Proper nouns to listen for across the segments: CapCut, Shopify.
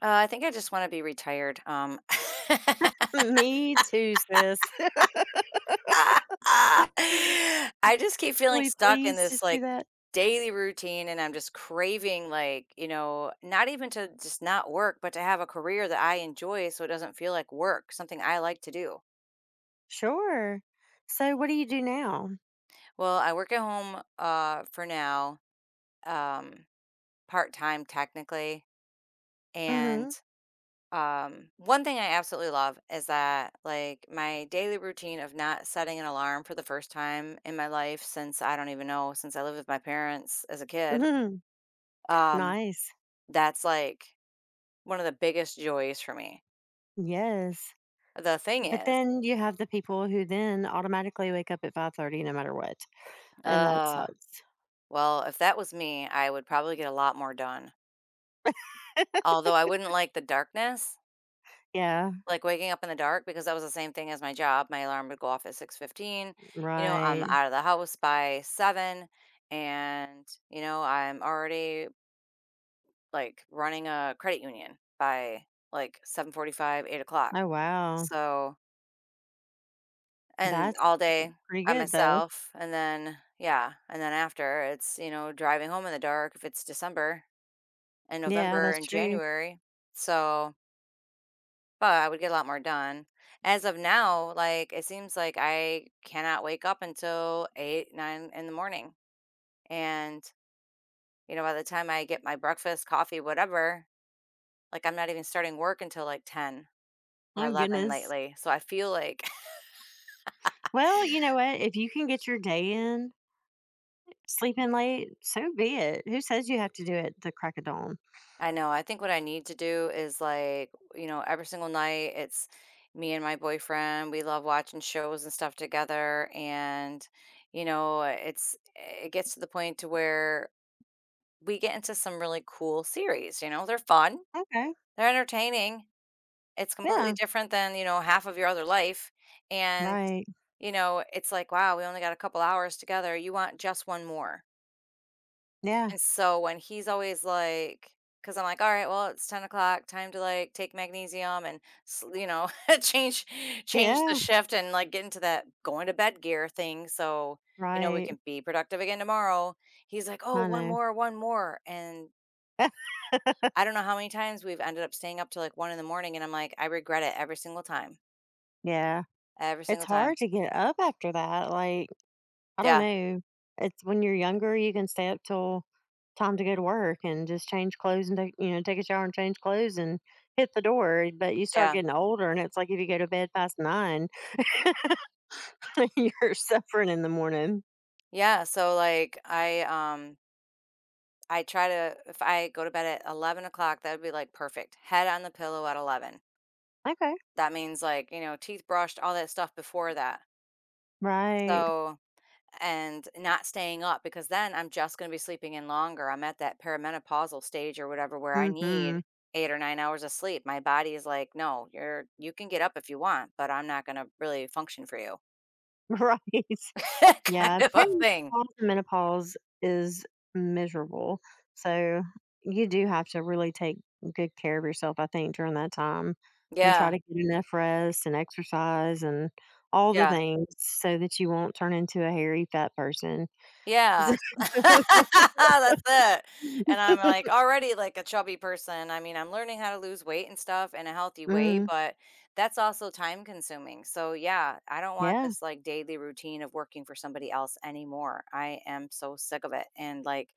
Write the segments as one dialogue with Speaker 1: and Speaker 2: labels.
Speaker 1: I think I just want to be retired.
Speaker 2: Me too, sis. Can
Speaker 1: I just keep feeling
Speaker 2: we
Speaker 1: stuck in
Speaker 2: please
Speaker 1: this,
Speaker 2: just do
Speaker 1: like,
Speaker 2: that?
Speaker 1: daily routine, and I'm just craving, like, you know, not even to just not work, but to have a career that I enjoy so it doesn't feel like work, something I like to do.
Speaker 2: Sure. So, what do you do now?
Speaker 1: Well, I work at home, for now, um, part time technically. And
Speaker 2: Hmm.
Speaker 1: One thing I absolutely love is that, like, my daily routine of not setting an alarm for the first time in my life since I don't even know, since I lived with my parents as a kid,
Speaker 2: Hmm.
Speaker 1: um,
Speaker 2: Nice.
Speaker 1: that's like one of the biggest joys for me.
Speaker 2: Yes.
Speaker 1: The thing
Speaker 2: But
Speaker 1: is,
Speaker 2: then you have the people who then automatically wake up at 5:30, no matter what, and that
Speaker 1: uh,
Speaker 2: sucks.
Speaker 1: well, if that was me, I would probably get a lot more done. Although I wouldn't like the darkness,
Speaker 2: Yeah.
Speaker 1: like, waking up in the dark because that was the same thing as my job, my alarm would go off at 6:15, you know, I'm
Speaker 2: Right.
Speaker 1: out of the house by 7, and, you know, I'm already, like, running a credit union by, like, 7:45, five, 8 o'clock.
Speaker 2: Oh, wow.
Speaker 1: So and
Speaker 2: That's
Speaker 1: all day
Speaker 2: pretty
Speaker 1: by
Speaker 2: good though.
Speaker 1: myself, and then yeah, and then after, it's, you know, driving home in the dark if it's December and
Speaker 2: Yeah,
Speaker 1: November
Speaker 2: that's
Speaker 1: and
Speaker 2: true.
Speaker 1: January. So but I would get a lot more done. As of now, like it seems like I cannot wake up until 8, 9 in the morning. And, you know, by the time I get my breakfast, coffee, whatever, like I'm not even starting work until like 10 or
Speaker 2: Oh,
Speaker 1: 11
Speaker 2: goodness.
Speaker 1: lately. So I feel like.
Speaker 2: Well, you know what? If you can get your day in, sleep in late, so be it. Who says you have to do it the crack of dawn?
Speaker 1: I know, I think what I need to do is like, you know, every single night it's me and my boyfriend. We love watching shows and stuff together. And, you know, it gets to the point to where we get into some really cool series, you know? They're fun,
Speaker 2: Okay.
Speaker 1: they're entertaining. It's completely
Speaker 2: Yeah,
Speaker 1: different than, you know, half of your other life, and,
Speaker 2: right.
Speaker 1: you know, it's like, "Wow, we only got a couple hours together, you want just 1 more."
Speaker 2: Yeah.
Speaker 1: And so when he's always like, because 'cause I'm like, "Alright, well, it's 10 o'clock, time to, like, take magnesium and s you know, change change the
Speaker 2: Yeah,
Speaker 1: shift and, like, get into that going to bed gear thing so, you know, we
Speaker 2: right.
Speaker 1: can be productive again tomorrow." He's like, "Oh,
Speaker 2: I
Speaker 1: one
Speaker 2: know.
Speaker 1: more, 1 more," and I don't know how many times we've ended up staying up till, like, 1 in the morning, and I'm like, "I regret it every single time,
Speaker 2: Yeah.
Speaker 1: every
Speaker 2: It's
Speaker 1: single time."
Speaker 2: hard to get up after that, like, I don't
Speaker 1: Yeah,
Speaker 2: know. It's when you're younger, you can stay up till time to go to work and just change clothes and take a shower and change clothes and hit the door, but you start
Speaker 1: yeah,
Speaker 2: getting older, and it's like if you go to bed past 9, you're suffering in the morning.
Speaker 1: yeah, so, like, I try to. If I go to bed at 11 o'clock, that would be, like, perfect. Head on the pillow at 11.
Speaker 2: Okay.
Speaker 1: That means, like, you know, teeth brushed, all that stuff before that.
Speaker 2: Right.
Speaker 1: So and not staying up because then I'm just going to be sleeping in longer. I'm at that perimenopausal stage or whatever where I need
Speaker 2: Mhm.
Speaker 1: 8 or 9 hours of sleep. My body is like, no, you can get up if you want, but I'm not going to really function for you,
Speaker 2: Right.
Speaker 1: kind
Speaker 2: Yeah,
Speaker 1: of a
Speaker 2: perimenopause
Speaker 1: thing.
Speaker 2: and menopause is miserable. So you do have to really take good care of yourself, I think, during that time and try
Speaker 1: Yeah,
Speaker 2: to get enough rest and exercise and all the
Speaker 1: yeah.
Speaker 2: things so that you won't turn into a hairy fat person. So,
Speaker 1: Yeah. That's it. And I'm, like, already, like, a chubby person. I mean, I'm learning how to lose weight and stuff in a healthy way,
Speaker 2: mm,
Speaker 1: but that's also time consuming. So, yeah, I don't want
Speaker 2: yeah.
Speaker 1: this, like, daily routine of working for somebody else anymore. I am so sick of it. And, like,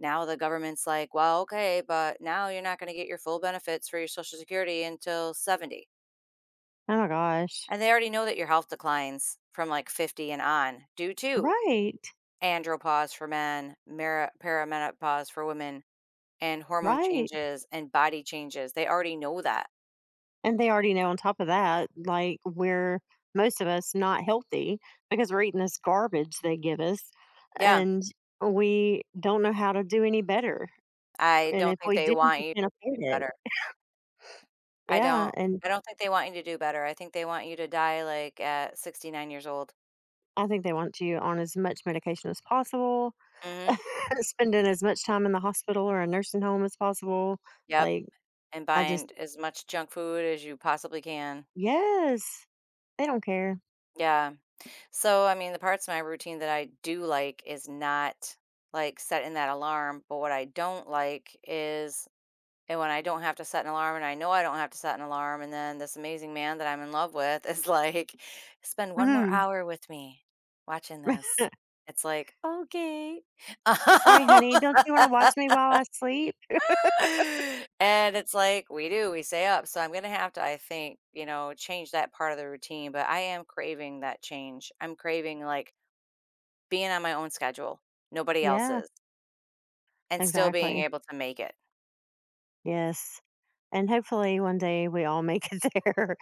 Speaker 1: now the government's like, "Well, okay, but now you're not gonna get your full benefits for your Social Security until 70."
Speaker 2: Oh, my gosh.
Speaker 1: And they already know that your health declines from, like, 50 and on due to
Speaker 2: Right.
Speaker 1: andropause for men, mera perimenopause for women, and hormone
Speaker 2: Right.
Speaker 1: changes and body changes. They already know that.
Speaker 2: And they already know on top of that, like, we're most of us not healthy because we're eating this garbage they give us
Speaker 1: Yeah,
Speaker 2: and we don't know how to do any better.
Speaker 1: I
Speaker 2: And
Speaker 1: don't
Speaker 2: if
Speaker 1: think
Speaker 2: we
Speaker 1: they
Speaker 2: do,
Speaker 1: want
Speaker 2: we
Speaker 1: you
Speaker 2: can't
Speaker 1: to
Speaker 2: afford
Speaker 1: do
Speaker 2: it.
Speaker 1: better. I
Speaker 2: Yeah.
Speaker 1: don't
Speaker 2: And
Speaker 1: I don't think they want you to do better. I think they want you to die, like, at 69 years old.
Speaker 2: I think they want you on as much medication as possible,
Speaker 1: Mhm.
Speaker 2: spending as much time in the hospital or a nursing home as possible.
Speaker 1: Yep,
Speaker 2: Like,
Speaker 1: and
Speaker 2: I just,
Speaker 1: buying as much junk food as you possibly can.
Speaker 2: yes, they don't care.
Speaker 1: Yeah. So, I mean, the parts of my routine that I do like is not, like, setting that alarm, but what I don't like is. And when I don't have to set an alarm, and I know I don't have to set an alarm, and then this amazing man that I'm in love with is like, "Spend 1 more
Speaker 2: Mhm.
Speaker 1: hour with me watching this." It's like, "Okay."
Speaker 2: Sorry, honey. Don't you want to watch me while I sleep?
Speaker 1: And it's like, we do, we stay up, so I'm gonna have to, I think, you know, change that part of the routine, but I am craving that change. I'm craving, like, being on my own schedule, nobody
Speaker 2: Yeah,
Speaker 1: else's, and still being
Speaker 2: exactly.
Speaker 1: able to make it.
Speaker 2: Yes. And hopefully one day we all make it there.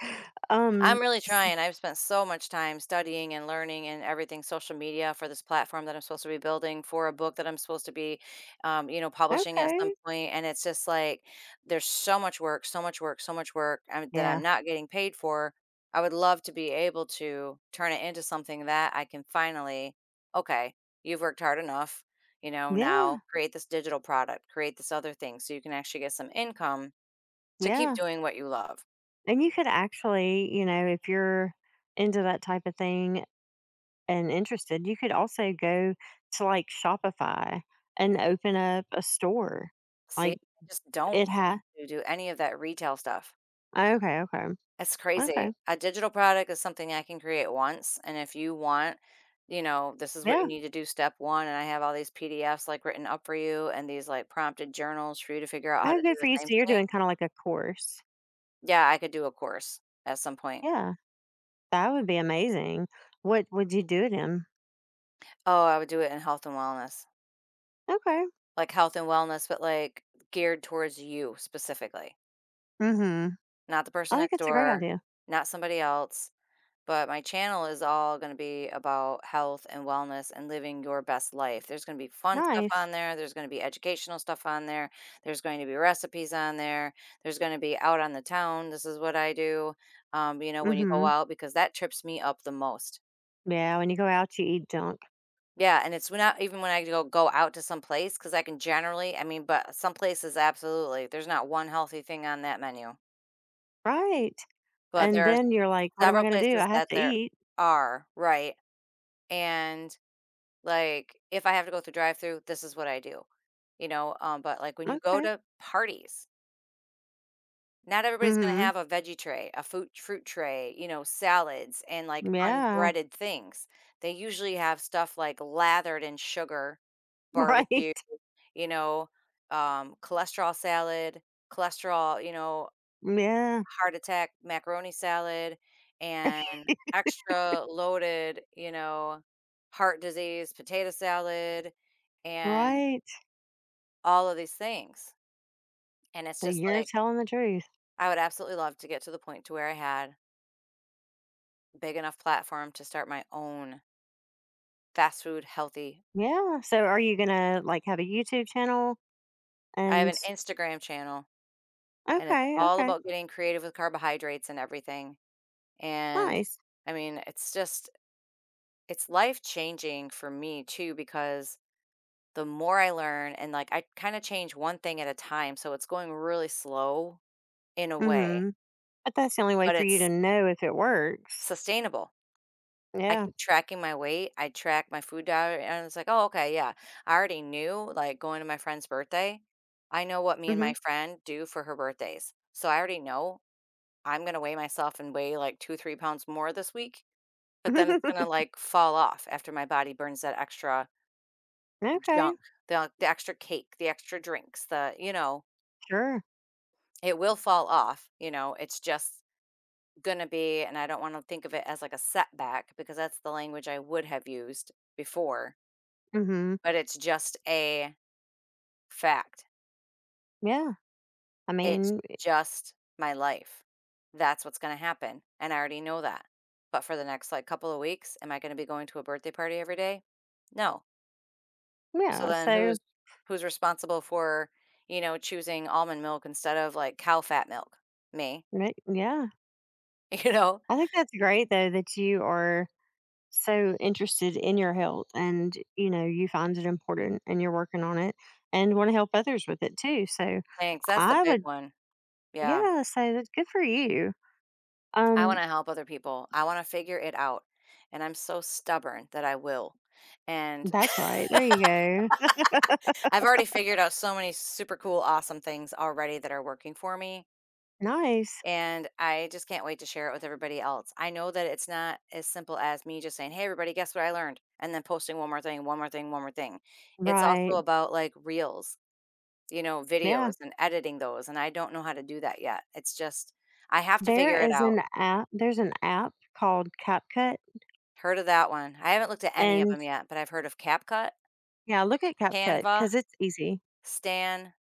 Speaker 1: I'm
Speaker 2: Um,
Speaker 1: really trying. I've spent so much time studying and learning and everything social media for this platform that I'm supposed to be building for a book that I'm supposed to be, you know, publishing at some
Speaker 2: okay.
Speaker 1: point. And it's just like there's so much work, so much work, so much work, that I'm
Speaker 2: Yeah.
Speaker 1: not getting paid for. I would love to be able to turn it into something that I can finally, okay, you've worked hard enough, you know, now
Speaker 2: Yeah.
Speaker 1: create this digital product, create this other thing so you can actually get some income to keep
Speaker 2: Yeah.
Speaker 1: doing what you love.
Speaker 2: And you could actually, you know, if you're into that type of thing and interested, you could also go to like Shopify and open up a store.
Speaker 1: See,
Speaker 2: Like
Speaker 1: I just don't
Speaker 2: it
Speaker 1: want
Speaker 2: has.
Speaker 1: to do any of that retail stuff.
Speaker 2: Okay, okay.
Speaker 1: It's crazy.
Speaker 2: Okay.
Speaker 1: A digital product is something I can create once, and if you want, you know, this is what you
Speaker 2: Yeah.
Speaker 1: need to do step 1, and I have all these PDFs, like, written up for you and these, like, prompted journals for you to figure out how
Speaker 2: Oh,
Speaker 1: to do
Speaker 2: good for
Speaker 1: the
Speaker 2: you. So
Speaker 1: same
Speaker 2: you're
Speaker 1: thing.
Speaker 2: doing kind of like a course.
Speaker 1: Yeah, I could do a course at some point.
Speaker 2: Yeah. That would be amazing. What would you do it in?
Speaker 1: Oh, I would do it in health and wellness.
Speaker 2: Okay.
Speaker 1: Like, health and wellness, but, like, geared towards you specifically,
Speaker 2: Mm-hmm.
Speaker 1: not the
Speaker 2: I
Speaker 1: person
Speaker 2: think
Speaker 1: next
Speaker 2: it's a great
Speaker 1: door,
Speaker 2: idea.
Speaker 1: not somebody else. But my channel is all gonna be about health and wellness and living your best life. There's gonna be fun stuff
Speaker 2: Nice.
Speaker 1: on there, there's gonna be educational stuff on there, there's going to be recipes on there, there's gonna be out on the town, this is what I do, you know, when you go
Speaker 2: Mhm.
Speaker 1: out because that trips me up the most.
Speaker 2: Yeah, when you go out, you eat junk.
Speaker 1: Yeah, and it's when I go out to some place, because I can generally, I mean, but some places absolutely, there's not one healthy thing on that menu,
Speaker 2: Right.
Speaker 1: but
Speaker 2: And
Speaker 1: there are
Speaker 2: then you're like, "What am I
Speaker 1: several
Speaker 2: gonna do? I
Speaker 1: places
Speaker 2: have
Speaker 1: that
Speaker 2: to
Speaker 1: there
Speaker 2: eat."
Speaker 1: are, right? And like, if I have to go through drive-through, this is what I do, you know, but, like, when you go
Speaker 2: Okay.
Speaker 1: to parties, not everybody's gonna
Speaker 2: Mhm.
Speaker 1: have a veggie tray, a food fruit tray, you know, salads, and, like,
Speaker 2: Yeah.
Speaker 1: unbreaded things. They usually have stuff, like, lathered in sugar,
Speaker 2: Right.
Speaker 1: barbecue, you know, cholesterol salad, cholesterol, you know,
Speaker 2: Yeah.
Speaker 1: heart attack macaroni salad, and extra loaded, you know, heart disease potato salad, and
Speaker 2: Right.
Speaker 1: all of these things. And it's
Speaker 2: So
Speaker 1: just
Speaker 2: you're
Speaker 1: like,
Speaker 2: telling the truth.
Speaker 1: I would absolutely love to get to the point to where I had big enough platform to start my own fast food healthy.
Speaker 2: Yeah. So are you gonna, like, have a YouTube channel?
Speaker 1: I have
Speaker 2: And
Speaker 1: an Instagram channel and it's
Speaker 2: okay,
Speaker 1: all
Speaker 2: okay.
Speaker 1: about getting creative with carbohydrates and everything. And
Speaker 2: Nice.
Speaker 1: I mean, it's just it's life changing for me too because the more I learn and like I kind of change one thing at a time, so it's going really slow in a way,
Speaker 2: Mhm. But that's the only way
Speaker 1: but
Speaker 2: for you
Speaker 1: it's
Speaker 2: to know if it works.
Speaker 1: sustainable. I
Speaker 2: Yeah.
Speaker 1: keep tracking my weight. I track my food diary, and it's like, oh, okay, yeah. I already knew, like, going to my friend's birthday, I know what me and my
Speaker 2: Mhm.
Speaker 1: friend do for her birthdays. So I already know I'm going to weigh myself and weigh like 2, 3 pounds more this week. But then it's going to like fall off after my body burns that extra
Speaker 2: Okay.
Speaker 1: junk, the extra cake, the extra drinks, the, you know,
Speaker 2: Sure.
Speaker 1: it will fall off. You know, it's just going to be, and I don't want to think of it as like a setback because that's the language I would have used before.
Speaker 2: Mhm.
Speaker 1: But it's just a fact.
Speaker 2: Yeah. I
Speaker 1: It's
Speaker 2: mean,
Speaker 1: just my life. That's what's gonna happen, and I already know that. But for the next, like, couple of weeks, am I gonna be going to a birthday party every day? No. So
Speaker 2: yeah.
Speaker 1: then
Speaker 2: So,
Speaker 1: who's responsible for, you know, choosing almond milk instead of, like, cow fat milk? Me,
Speaker 2: ma yeah.
Speaker 1: you know?
Speaker 2: I think that's great though that you are so interested in your health and you know you find it important and you're working on it and want to help others with it too. So
Speaker 1: Thanks, that's the
Speaker 2: I
Speaker 1: big
Speaker 2: would,
Speaker 1: one. Yeah.
Speaker 2: yeah, say that's good for you.
Speaker 1: I
Speaker 2: Um
Speaker 1: wanna help other people. I wanna figure it out, and I'm so stubborn that I will, and
Speaker 2: that's right. There you go.
Speaker 1: I've already figured out so many super cool, awesome things already that are working for me.
Speaker 2: Nice.
Speaker 1: And I just can't wait to share it with everybody else. I know that it's not as simple as me just saying, "Hey, everybody, guess what I learned?" And then posting one more thing, one more thing, one more thing. It's also
Speaker 2: Right.
Speaker 1: about like reels, you know, videos
Speaker 2: Yeah.
Speaker 1: and editing those. And I don't know how to do that yet. It's just, I have to
Speaker 2: There
Speaker 1: figure it
Speaker 2: is
Speaker 1: out.
Speaker 2: an app there's an app called CapCut
Speaker 1: Heard of that one. I haven't looked at any of
Speaker 2: and,
Speaker 1: them yet, but I've heard of CapCut,
Speaker 2: yeah, look at CapCut cuz
Speaker 1: Canva,
Speaker 2: it's easy.
Speaker 1: Stan.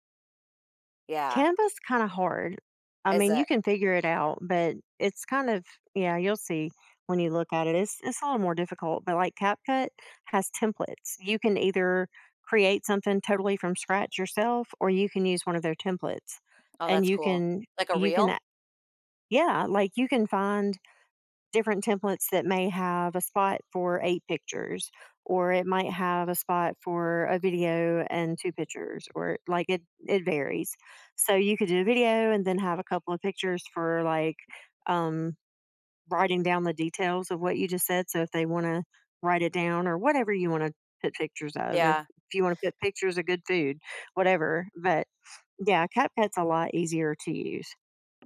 Speaker 1: Yeah.
Speaker 2: Canva's kinda hard. I
Speaker 1: Is
Speaker 2: mean, you
Speaker 1: it?
Speaker 2: can figure it out, but it's kind of, yeah, you'll see when you look at it. It's a little more difficult, but, like, CapCut has templates. You can either create something totally from scratch yourself, or you can use one of their templates,
Speaker 1: Oh,
Speaker 2: and
Speaker 1: that's cool. Like a
Speaker 2: you can
Speaker 1: reel?
Speaker 2: a yeah, like, you can find different templates that may have a spot for 8 pictures or it might have a spot for a video and 2 pictures or like it varies. So you could do a video and then have a couple of pictures for, like, um, writing down the details of what you just said, so if they wanna write it down or whatever you wanna put pictures of, if
Speaker 1: Yeah.
Speaker 2: if you wanna put pictures of good food, whatever, but yeah, CapCut's a lot easier to use.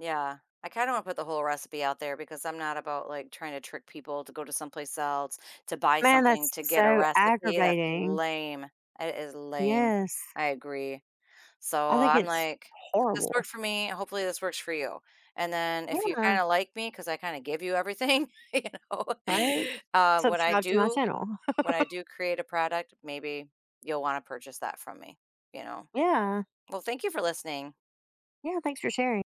Speaker 1: Yeah. I kind of want to put the whole recipe out there because I'm not about like trying to trick people to go to someplace else to buy
Speaker 2: Man,
Speaker 1: something
Speaker 2: that's
Speaker 1: to get a
Speaker 2: so
Speaker 1: recipe. That's
Speaker 2: aggravating.
Speaker 1: lame. It is lame.
Speaker 2: Yes.
Speaker 1: I agree. So
Speaker 2: I think
Speaker 1: I'm
Speaker 2: it's
Speaker 1: like, "This
Speaker 2: horrible.
Speaker 1: worked for me. Hopefully, this works for you. And then if you
Speaker 2: Yeah,
Speaker 1: kind of like me, because I kind of give you everything, you know,
Speaker 2: right?
Speaker 1: uh, when I
Speaker 2: Subscribe to my
Speaker 1: do,
Speaker 2: channel.
Speaker 1: when I do create a product, maybe you'll want to purchase that from me, you know."
Speaker 2: Yeah.
Speaker 1: Well, thank you for listening.
Speaker 2: Yeah, thanks for sharing.